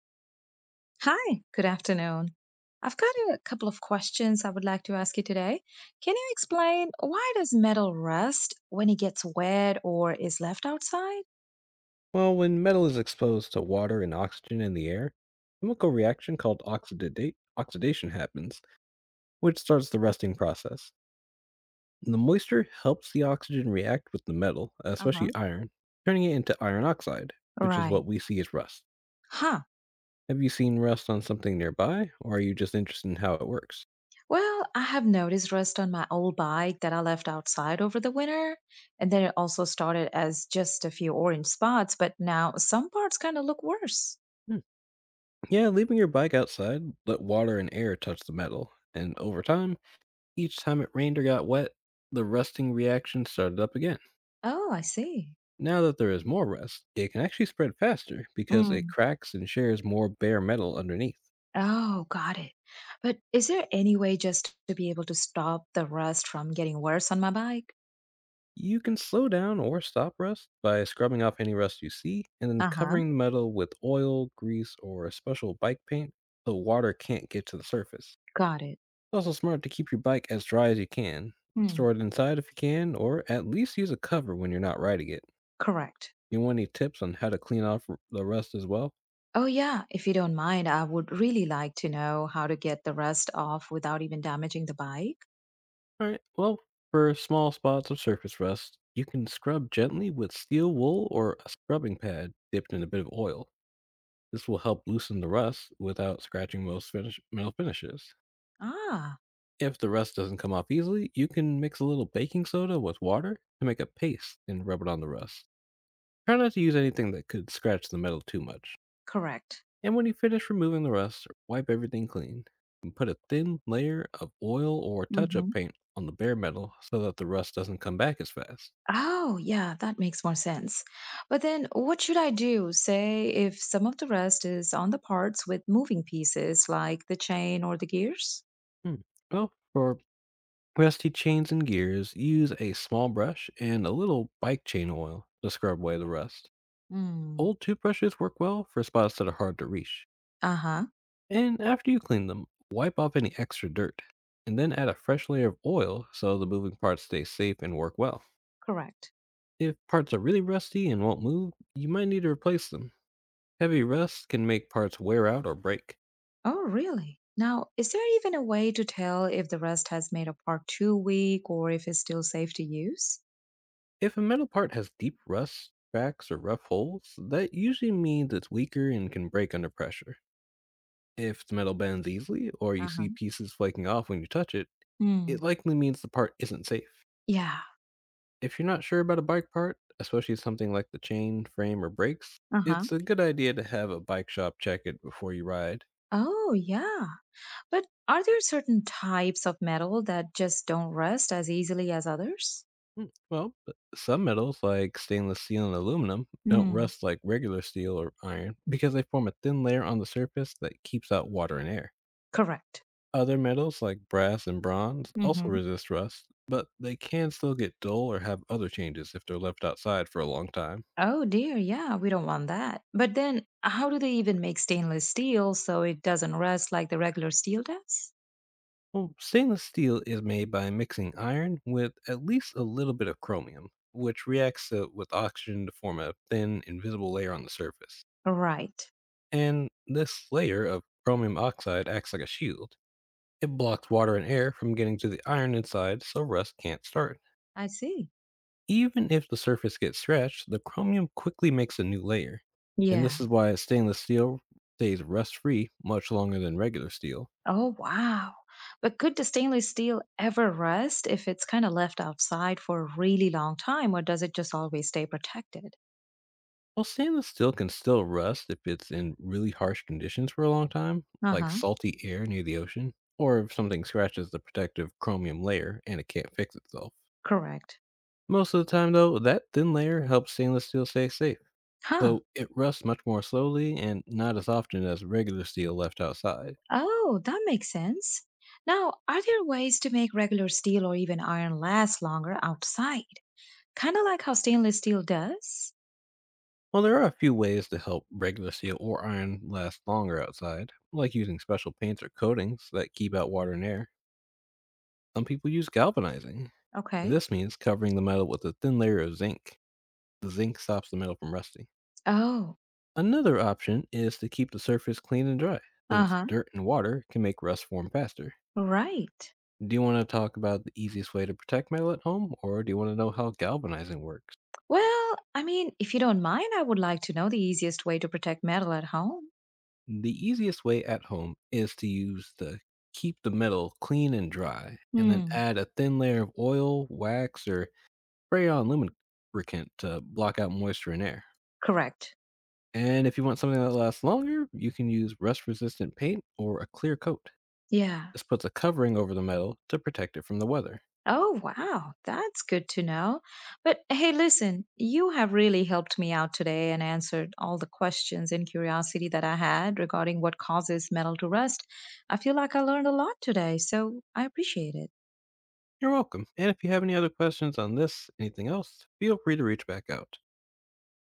Hi, good afternoon. I've got a couple of questions I would like to ask you today. Can you explain why does metal rust when it gets wet or is left outside? Well, when metal is exposed to water and oxygen in the air, a chemical reaction called oxidation happens, which starts the rusting process. And the moisture helps the oxygen react with the metal, Uh-huh. especially iron, turning it into iron oxide, which is Right. what we see as rust. Huh. Have you seen rust on something nearby, or are you just interested in how it works? Well, I have noticed rust on my old bike that I left outside over the winter. And then it also started as just a few orange spots, but now some parts kind of look worse. Hmm. Yeah, leaving your bike outside, let water and air touch the metal, and over time, each time it rained or got wet, the rusting reaction started up again. Oh, I see. Now that there is more rust, it can actually spread faster because it Mm. cracks and shares more bare metal underneath. Oh, got it. But is there any way just to be able to stop the rust from getting worse on my bike? You can slow down or stop rust by scrubbing off any rust you see and then Uh huh. covering the metal with oil, grease, or a special bike paint so water can't get to the surface. Got it. It's also smart to keep your bike as dry as you can. Hmm. Store it inside if you can, or at least use a cover when you're not riding it. Correct. You want any tips on how to clean off the rust as well? Oh, yeah. If you don't mind, I would really like to know how to get the rust off without even damaging the bike. Alright, well, for small spots of surface rust, you can scrub gently with steel wool or a scrubbing pad dipped in a bit of oil. This will help loosen the rust without scratching metal finishes. Ah, If the rust doesn't come off easily, you can mix a little baking soda with water to make a paste and rub it on the rust. Try not to use anything that could scratch the metal too much. correct. And when you finish removing the rust, wipe everything clean. And put a thin layer of oil or touch up Mm-hmm. paint on the bare metal so that the rust doesn't come back as fast. Oh, yeah, that makes more sense. But then what should I do, say, if some of the rest is on the parts with moving pieces like the chain or the gears? Hmm. Well, for rusty chains and gears, use a small brush and a little bike chain oil to scrub away the rust. Mm. Old toothbrushes work well for spots that are hard to reach. Uh huh. And after you clean them, wipe off any extra dirt. And then add a fresh layer of oil so the moving parts stay safe and work well. Correct. If parts are really rusty and won't move, you might need to replace them. Heavy rust can make parts wear out or break. Oh, really? Now, is there even a way to tell if the rest has made a part too weak or if it's still safe to use? If a metal part has deep rust, cracks, or rough holes, that usually means it's weaker and can break under pressure. If the metal bends easily, or you Uh huh. see pieces flaking off when you touch it, Mm. it likely means the part isn't safe. Yeah. If you're not sure about a bike part, especially something like the chain, frame, or brakes, Uh huh. it's a good idea to have a bike shop check it before you ride. Oh, yeah. But are there certain types of metal that just don't rust as easily as others? Well, but some metals, like stainless steel and aluminum, don't Mm. rust like regular steel or iron because they form a thin layer on the surface that keeps out water and air. Correct. Other metals like brass and bronze also Mhm. resist rust, but they can still get dull or have other changes if they're left outside for a long time. Oh dear, yeah, we don't want that. But then, how do they even make stainless steel so it doesn't rust like the regular steel does? Well, stainless steel is made by mixing iron with at least a little bit of chromium, which with oxygen to form a thin, invisible layer on the surface. Right. And this layer of chromium oxide acts like a shield. It blocks water and air from getting to the iron inside so rust can't start. I see. Even if the surface gets stretched, the chromium quickly makes a new layer, and Yeah. this is why stainless steel stays rust free much longer than regular steel. Oh, wow. But could the stainless steel ever rust if it's kind of left outside for a really long time, or does it just always stay protected? While stainless steel can still rust if it's in really harsh conditions for a long time, Uh like huh. salty air near the ocean, or if something scratches the protective chromium layer and it can't fix itself. Correct. Most of the time, though, that thin layer helps stainless steel stay safe, Huh. so it rusts much more slowly and not as often as regular steel left outside. Oh, that makes sense. Now, are there ways to make regular steel or even iron last longer outside? Kind of like how stainless steel does? Well, there are a few ways to help regular steel or iron last longer outside, like using special paints or coatings that keep out water and air. Some people use galvanizing. Okay. This means covering the metal with a thin layer of zinc. The zinc stops the metal from rusting. Oh, Another option is to keep the surface clean and dry, since uh-huh. dirt and water can make rust form faster. Right. Do you want to talk about the easiest way to protect metal at home, or do you want to know how galvanizing works? Well, I mean, if you don't mind, I would like to know the easiest way to protect metal at home. The easiest way at home is to use the keep the metal clean and dry, and then Hmm. add a thin layer of oil, wax, or spray on lubricant to block out moisture and air. Correct. And if you want something that lasts longer, you can use rust resistant paint or a clear coat. Yeah. This puts a covering over the metal to protect it from the weather. Oh, wow. That's good to know. But hey, listen, you have really helped me out today and answered all the questions and curiosity that I had regarding what causes metal to rust. I feel like I learned a lot today, so I appreciate it. You're welcome. And if you have any other questions on this, anything else, feel free to reach back out.